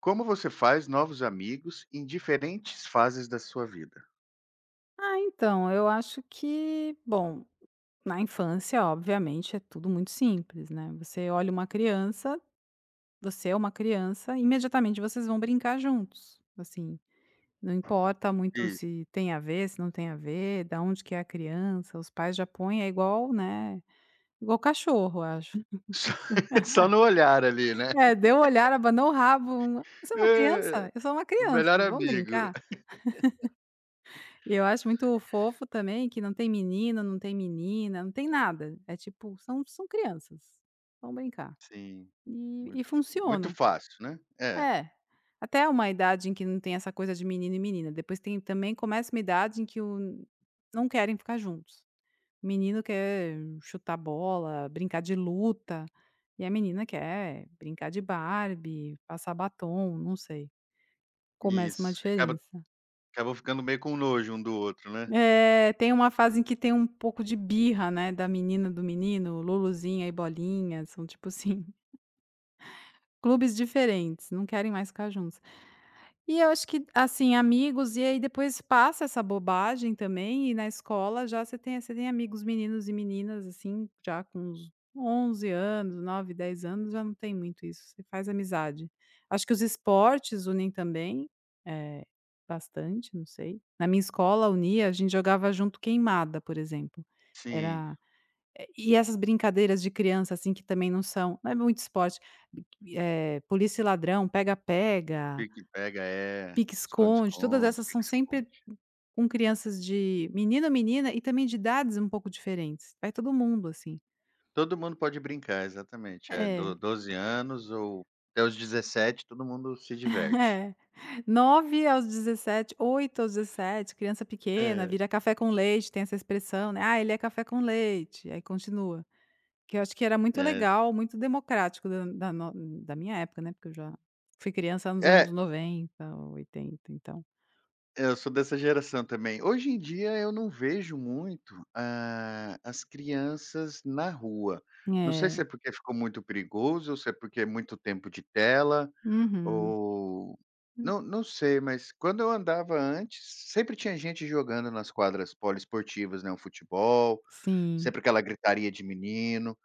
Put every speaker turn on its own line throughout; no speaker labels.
Como você faz novos amigos em diferentes fases da sua vida?
Ah, então, eu acho que, bom, na infância, obviamente, é tudo muito simples, né? Você olha uma criança, você é uma criança, imediatamente vocês vão brincar juntos. Assim, não importa muito
Isso.
se tem a ver, se não tem a ver, da onde que é a criança, os pais já põem, é igual, né? Igual cachorro, eu acho.
Só só no olhar ali, né.
É, deu o olhar, abanou o rabo. Você é uma
"Ah,
criança? Eu sou uma
o
criança,
melhor
vamos
amigo."
brincar? E eu acho muito fofo também que não tem menino, não tem menina, não tem nada. É tipo, são crianças, vão brincar.
Sim,
E
muito muito
funciona.
fácil, né. É,
É. Até uma idade em que não tem essa coisa de menino e menina, depois tem também começa uma idade em que o não querem ficar juntos. O menino quer chutar bola, brincar de luta, e a menina quer brincar de Barbie, passar batom, não sei. Começa uma
isso. Acaba
diferença.
acabam ficando meio com nojo um do outro, né.
É, tem uma fase em que tem um pouco de birra, né, da menina, do menino, Luluzinha e Bolinha, são tipo assim, clubes diferentes, não querem mais ficar juntos. E eu acho que, assim, amigos, e aí depois passa essa bobagem também, e na escola já você tem amigos meninos e meninas, assim, já com uns 11 anos, 9 10 anos, já não tem muito isso, você faz amizade. Acho que os esportes unem também, é bastante, não sei. Na minha escola unia, a gente jogava junto queimada, por exemplo.
Sim,
Era é, e essas brincadeiras de criança, assim, que também não são não é muito esporte, polícia e ladrão, pega-pega
pique pega, é,
Pique-esconde, todas
esconde-esconde,
essas são
pique-esconde.
sempre com crianças de menino, menina e também de idades um pouco diferentes. Vai todo mundo, assim.
Todo mundo pode brincar, exatamente. É, do
É,
12 anos ou até os 17, todo mundo se diverte.
é. 9 aos 17, 8 aos 17, criança pequena,
É,
vira café com leite, tem essa expressão, né: "Ah, ele é café com leite", aí continua. Que eu acho que era muito
né.
legal, muito democrático da da no da minha época, né, porque eu já fui criança nos anos
É,
90, oitenta, então.
eu sou dessa geração também. Hoje em dia eu não vejo muito, as crianças na rua. Não sei se
É.
é porque ficou muito perigoso, ou se é porque é muito tempo de tela,
Uhum.
ou não sei, mas quando eu andava antes, sempre tinha gente jogando nas quadras poliesportivas, né, um futebol,
Sim.
sempre aquela gritaria de menino,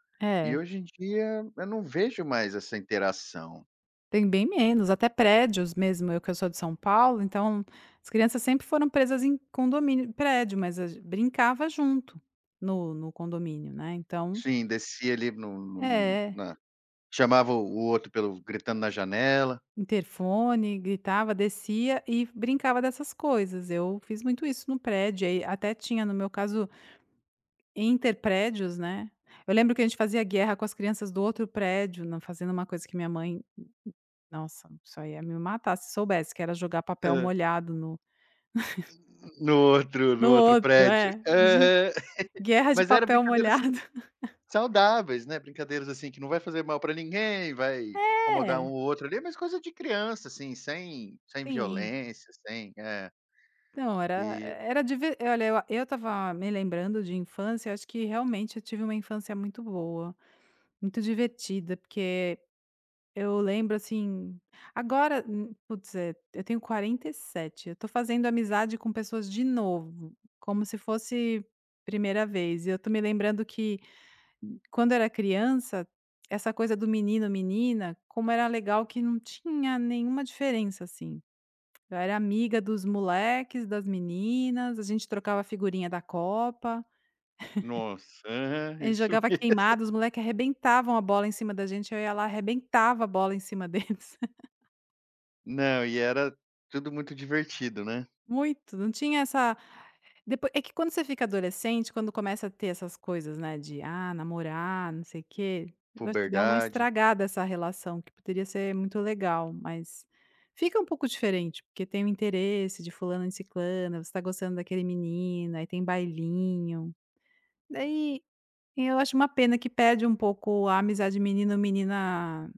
e
É.
hoje em dia eu não vejo mais essa interação.
Tem bem menos, até prédios mesmo, eu que eu sou de São Paulo, então as crianças sempre foram presas em condomínio, prédio, mas a gen brincava junto no condomínio, né, então
Sim, descia ali no
é,
na chamava o outro pelo gritando na janela.
interfone, gritava, descia e brincava dessas coisas. Eu fiz muito isso no prédio, aí até tinha, no meu caso, interprédios, né. Eu lembro que a gente fazia guerra com as crianças do outro prédio, não fazendo uma coisa que minha mãe, nossa, só ia me matar se soubesse, que era jogar papel
Hã.
molhado no
No outro no
no
outro
outro,
prédio.
é.
Aham.
Guerra de
Mas era
papel
brincadeiras
molhado.
saudáveis, né, brincadeiras, assim, que não vai fazer mal pra ninguém, vai incomodar um
É,
ou outro ali, mas coisa de criança, assim, sem
sim.
violência, sem é,
Não, era
que
era diver olha, eu estava me lembrando de infância, acho que realmente eu tive uma infância muito boa, muito divertida, porque eu lembro, assim agora, putz, eu tenho 47. Eu tô fazendo amizade com pessoas de novo, como se fosse primeira vez, e eu tô me lembrando que quando era criança, essa coisa do menino, menina, como era legal que não tinha nenhuma diferença, assim. Eu era amiga dos moleques, das meninas, a gente trocava figurinha da Copa,
nossa, aham,
a gente
isso
jogava
mesmo.
queimada, os moleques arrebentavam a bola em cima da gente, eu ia lá arrebentava a bola em cima deles.
Não, e era tudo muito divertido, né,
Muito, não tinha essa Depois é que quando você fica adolescente, quando começa a ter essas coisas, né, de, ah, namorar, não sei o quê, eu acho que dá uma
puberdade,
estragada essa relação que poderia ser muito legal, mas fica um pouco diferente, porque tem o interesse de fulano e ciclana, você tá gostando daquele menino, aí tem bailinho. Daí, eu acho uma pena que perde um pouco a amizade menino menina,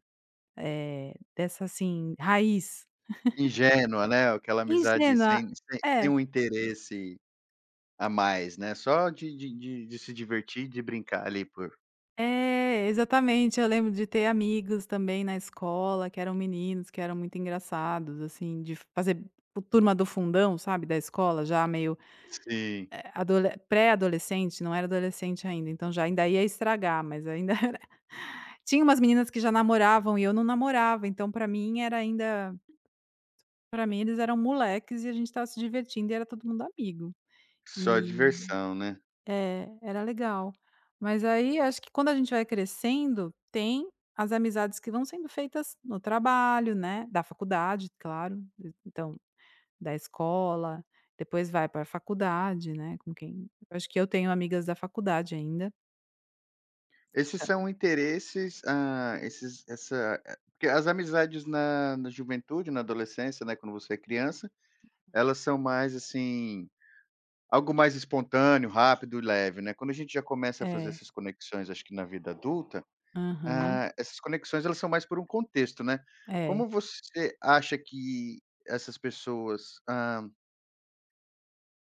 dessa, assim, raiz.
ingênua, né, aquela amizade
Ingênua.
sem
É,
um interesse a mais, né, só de se divertir, de brincar ali por
é, exatamente. Eu lembro de ter amigos também na escola que eram meninos, que eram muito engraçados, assim, de fazer o turma do fundão, sabe, da escola, já meio,
sim.
adole pré-adolescente, não era adolescente ainda, então já ainda ia estragar, mas ainda era tinha umas meninas que já namoravam e eu não namorava, então pra mim era ainda Pra mim eles eram moleques e a gente estava se divertindo e era todo mundo amigo.
Só
E
diversão, né.
é, era legal. Mas aí acho que quando a gente vai crescendo, tem as amizades que vão sendo feitas no trabalho, né, da faculdade, claro, e então, da escola, depois vai pra faculdade, né, com quem eu acho que eu tenho amigas da faculdade ainda.
Esses
Então
são interesses, esses porque as amizades na juventude, na adolescência, né, quando você é criança, elas são mais, assim, algo mais espontâneo, rápido e leve, né. Quando a gente já começa a fazer
é.
essas conexões, acho que na vida adulta,
Aham.
ah, essas conexões elas são mais por um contexto, né.
É.
Como você acha que essas pessoas, ah,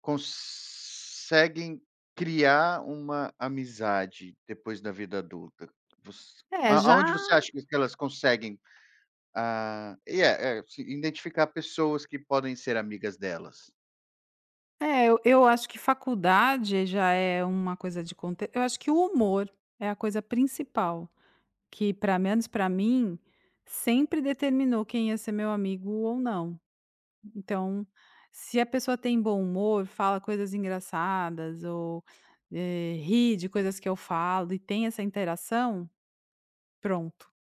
conseguem criar uma amizade depois da vida adulta? Você
É,
a
já
aonde você acha que elas conseguem, ah, se identificar pessoas que podem ser amigas delas?
É, eu acho que faculdade já é uma coisa de conte eu acho que o humor é a coisa principal, que para menos para mim, sempre determinou quem ia ser meu amigo ou não. Então, se a pessoa tem bom humor, fala coisas engraçadas ou, ri de coisas que eu falo e tem essa interação, pronto,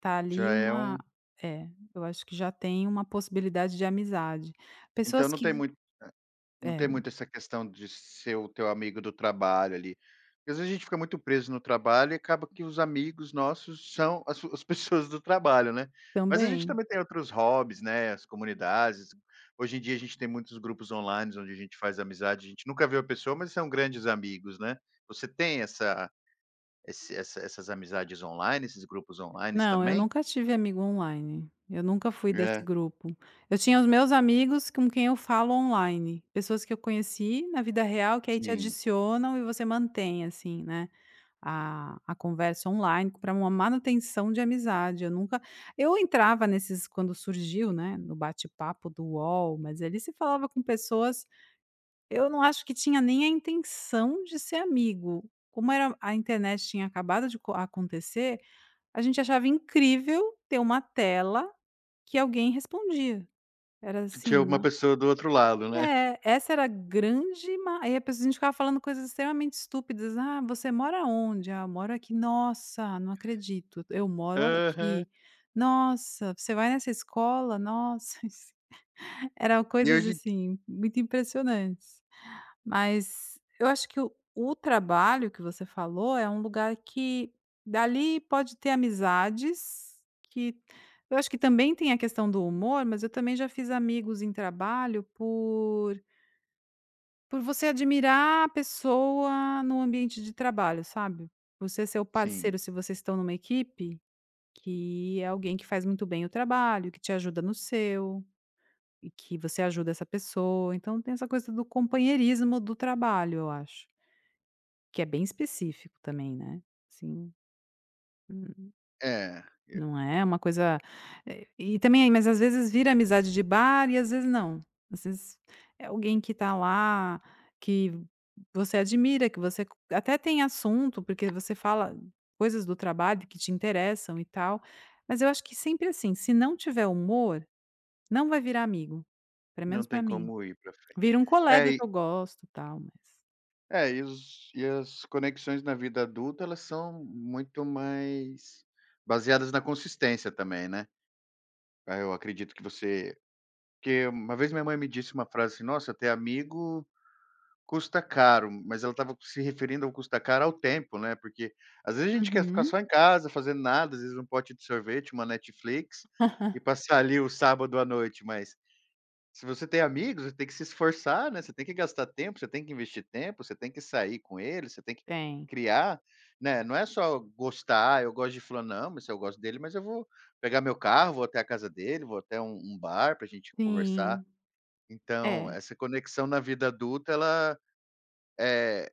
tá
Já
ali
é
uma
um
é, eu acho que já tem uma possibilidade de amizade.
então
Pessoas
não
que
tem muito. Não tem
é,
muito essa questão de ser o teu amigo do trabalho ali. Porque às vezes a gente fica muito preso no trabalho e acaba que os amigos nossos são as as pessoas do trabalho, né. Mas a gente
também.
também tem outros hobbies, né, as comunidades. Hoje em dia a gente tem muitos grupos online onde a gente faz amizade, a gente nunca viu a pessoa, mas são grandes amigos, né. Você tem essa esse essa essas amizades online, esses grupos online
Não, eu
também?
nunca tive amigo online. Eu nunca fui desse
É,
grupo. Eu tinha os meus amigos com quem eu falo online, pessoas que eu conheci na vida real, que aí te
sim,
adicionam e você mantém, assim, né, a conversa online para uma manutenção de amizade. Eu nunca eu entrava nesses quando surgiu, né, no bate-papo do UOL, mas ali se falava com pessoas eu não acho que tinha nem a intenção de ser amigo. Como era a internet tinha acabado de co acontecer a gente achava incrível ter uma tela que alguém respondia, era
tinha
assim,
uma
não
pessoa do outro lado, né.
é, essa era a grande ma aí a pessoa a gente ficava falando coisas extremamente estúpidas, "Ah, você mora onde?", "Ah, eu moro aqui", "Nossa, não acredito, eu moro
Aham.
aqui", "Nossa, você vai nessa escola?", "Nossa", era
E
coisas
hoje
assim, muito impressionantes. Mas eu acho que o trabalho que você falou é um lugar que dali pode ter amizades que eu acho que também tem a questão do humor, mas eu também já fiz amigos em trabalho por você admirar a pessoa no ambiente de trabalho, sabe. Você ser o
sim.
parceiro, se vocês estão numa equipe, que é alguém que faz muito bem o trabalho, que te ajuda no seu e que você ajuda essa pessoa. Então tem essa coisa do companheirismo do trabalho, eu acho. Que é bem específico também, né, assim, hum,
É.
não é uma coisa e também mas às vezes vira amizade de bar e às vezes não, às vezes é alguém que tá lá, que você admira, que você co- até tem assunto, porque você fala coisas do trabalho que te interessam e tal, mas eu acho que sempre assim, se não tiver humor, não vai virar amigo, pelo
Não
menos
tem
pra mim.
como ir para frente.
Vira um
É,
colega que
e
eu gosto, tal, mas
e os e as conexões na vida adulta, elas são muito mais baseadas na consistência também, né. Ah, eu acredito que você porque uma vez minha mãe me disse uma frase assim: "Nossa, ter amigo custa caro", mas ela estava se referindo ao custa caro ao tempo, né, porque às vezes a gente quer ficar
Uhum.
só em casa fazendo nada, às vezes um pote de sorvete, uma Netflix, e passar ali o sábado à noite, mas se você tem amigos, você tem que se esforçar, né, você tem que gastar tempo, você tem que investir tempo, você tem que sair com eles, você tem que
Tem.
criar, né, não é só gostar: "Ah, eu gosto de fulano", não, mas eu gosto dele, mas eu vou pegar meu carro, vou até a casa dele, vou até um bar pra gente conversar.
Sim.
Então,
É.
essa conexão na vida adulta ela é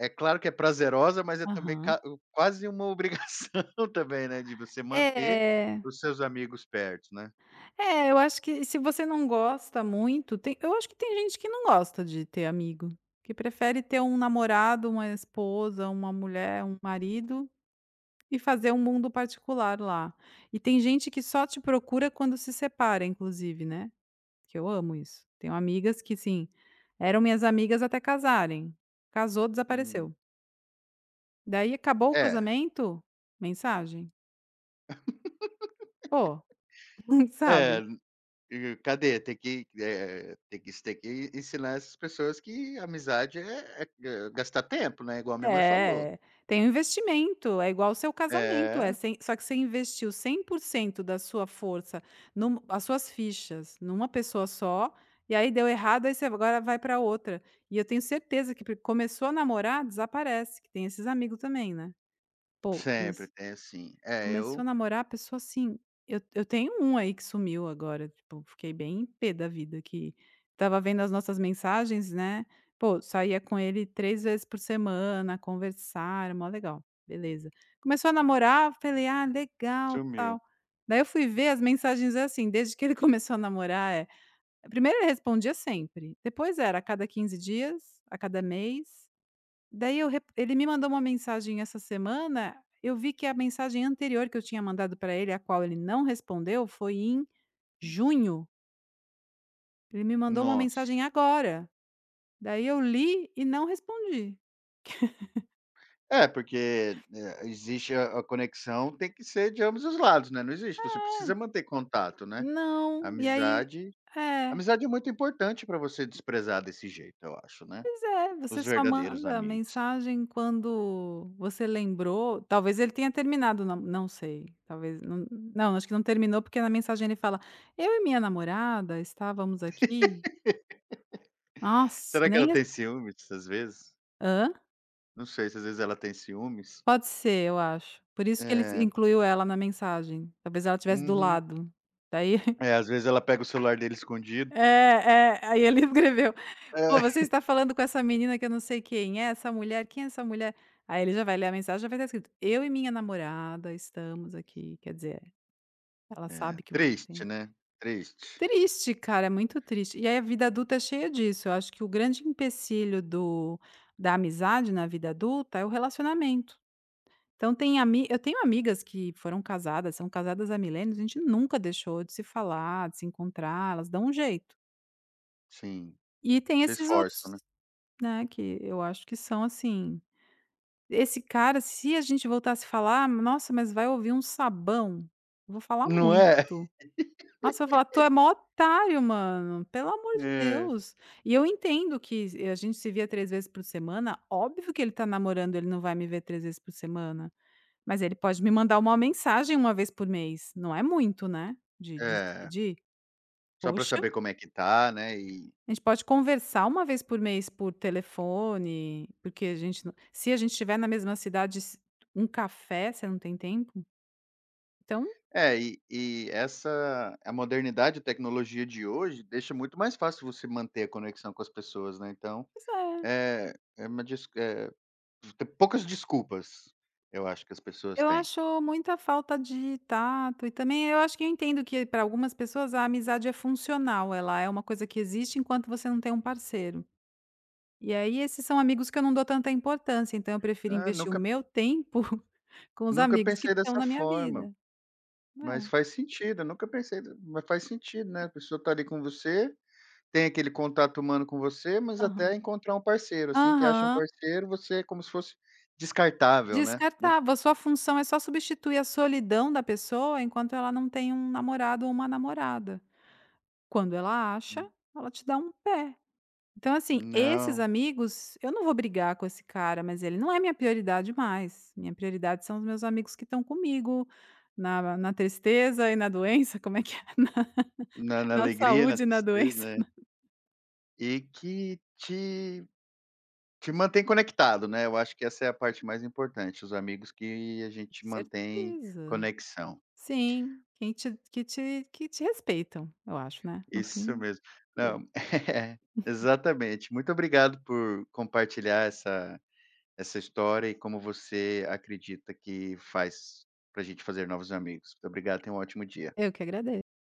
é claro que é prazerosa, mas é também
Aham.
ca quase uma obrigação também, né, de você manter
É,
os seus amigos perto, né.
é, eu acho que se você não gosta muito, tem eu acho que tem gente que não gosta de ter amigo, que prefere ter um namorado, uma esposa, uma mulher, um marido e fazer um mundo particular lá. E tem gente que só te procura quando se separa, inclusive, né, que eu amo isso. Tenho amigas que, sim, eram minhas amigas até casarem. Casou,
Hum.
desapareceu. Daí acabou o
É,
casamento, mensagem. Pô,
é.
sabe?
E cadê? Tem que, tem que tem que ensinar essas pessoas que amizade é gastar tempo, né, igual a minha mãe falou.
É, tem um investimento, é igual o seu casamento, é
É,
cem só que você investiu 100% da sua força num as suas fichas numa pessoa só, e aí deu errado, aí você agora vai pra outra. E eu tenho certeza que p começou a namorar, desaparece, que tem esses amigo também, né. Pô, comece
sempre tem sim. É,
Começou a
eu
namorar a pessoa assim eu tenho um aí que sumiu agora, tipo, fiquei bem pé da vida que estava vendo as nossas mensagens, né, pô, saía com ele 3 vezes por semana, conversar, era mó legal, beleza. Começou a namorar, falei: "Ah, legal, tal".
sumiu.
Daí eu fui ver as mensagens é assim, desde que ele começou a namorar, é primeiro ele respondia sempre, depois era a cada 15 dias, a cada mês. Daí eu re ele me mandou uma mensagem essa semana, eu vi que a mensagem anterior que eu tinha mandado para ele, a qual ele não respondeu, foi em junho. Ele me mandou uma
Nossa.
mensagem agora, daí eu li e não respondi.
É, porque, existe a conexão tem que ser de ambos os lados, né, não existe, você precisa manter contato, né.
Não, e aí
Amizade
é,
amizade é muito importante para você desprezar desse jeito, eu acho, né,
pois é, você
os
só
verdadeiros
manda a
amigos.
mensagem quando você lembrou, talvez ele tenha terminado, não não sei, talvez não não, acho que não terminou, porque na mensagem ele fala: "Eu e minha namorada estávamos aqui". Nossa,
Será que ela
nem res
tem ciúmes, às vezes?
hã?
Não sei se às vezes ela tem ciúmes.
Pode ser, eu acho. Por isso que ele
É.
incluiu ela na mensagem, talvez ela estivesse do
Uhum.
lado. Daí
É, às vezes ela pega o celular dele escondido.
é, é, aí ele escreveu: "Pô, você
É.
está falando com essa menina que eu não sei quem é, essa mulher, quem é essa mulher?" Aí ele já vai ler a mensagem, já vai estar escrito: "Eu e minha namorada estamos aqui", quer dizer, ela
É,
sabe que você
triste,
tem
né, triste.
Triste, cara, é muito triste. E aí a vida adulta é cheia disso, eu acho que o grande empecilho do da amizade na vida adulta é o relacionamento. Então tem ami eu tenho amigas que foram casadas, são casadas há milênios, a gente nunca deixou de se falar, de se encontrar, elas dão um jeito.
Sim,
E tem
se
esses
esforçam,
outros,
né.
né, que eu acho que são assim, esse cara, se a gente voltar a se falar, nossa, mas vai ouvir um sabão, eu vou falar
Não é?
muito. Nossa, eu vou falar: "Tu é mó otário, mano, pelo amor de
É,
Deus". E eu entendo que a gente se via 3 vezes por semana, óbvio que ele tá namorando, ele não vai me ver 3 vezes por semana. Mas ele pode me mandar uma mensagem uma vez por mês, não é muito, né, de se
é.
pedir.
Só pra
Poxa,
saber como é que tá, né,
a gente pode conversar uma vez por mês por telefone, porque a gente não se a gente estiver na mesma cidade, se um café, você não tem tempo? Então,
e essa a modernidade, a tecnologia de hoje deixa muito mais fácil você manter a conexão com as pessoas, né, então,
pois é,
é uma des tem poucas desculpas, eu acho que as pessoas
eu
têm.
acho muita falta de tato e também eu acho que eu entendo que para algumas pessoas a amizade é funcional, ela é uma coisa que existe enquanto você não tem um parceiro. E aí esses são amigos que eu não dou tanta importância, então eu prefiro
"Ah,
investir o
nunca
meu tempo com os
nunca
amigos que
pensei
estão
dessa
na minha
forma."
vida.
Mas
É,
faz sentido, eu nunca pensei, mas faz sentido, né, a pessoa tá ali com você, tem aquele contato humano com você, mas até
aham.
encontrar um parceiro, assim que acha um
Aham.
parceiro, você é como se fosse descartável, né. Muito
Descartável, a sua função é só substituir a solidão da pessoa enquanto ela não tem um namorado ou uma namorada. Quando ela acha, ela te dá um pé. Então, assim, esses
não,
amigos, eu não vou brigar com esse cara, mas ele não é minha prioridade mais. Minha prioridade são os meus amigos que estão comigo na tristeza e na doença, como é que é? Na
na na
na
alegria, na
saúde e na
tristeza,
doença.
né.
Com
E que te te mantém conectado, né, eu acho que essa é a parte mais importante, os amigos que a gente mantém
certeza.
conexão.
Sim, quem te que te respeitam, eu acho, né? No
Isso
fim,
mesmo.
pô,
Não, exatamente. Muito obrigado por compartilhar essa história e como você acredita que faz pra gente fazer novos amigos. Muito obrigado, tenha um ótimo dia.
eu que agradeço.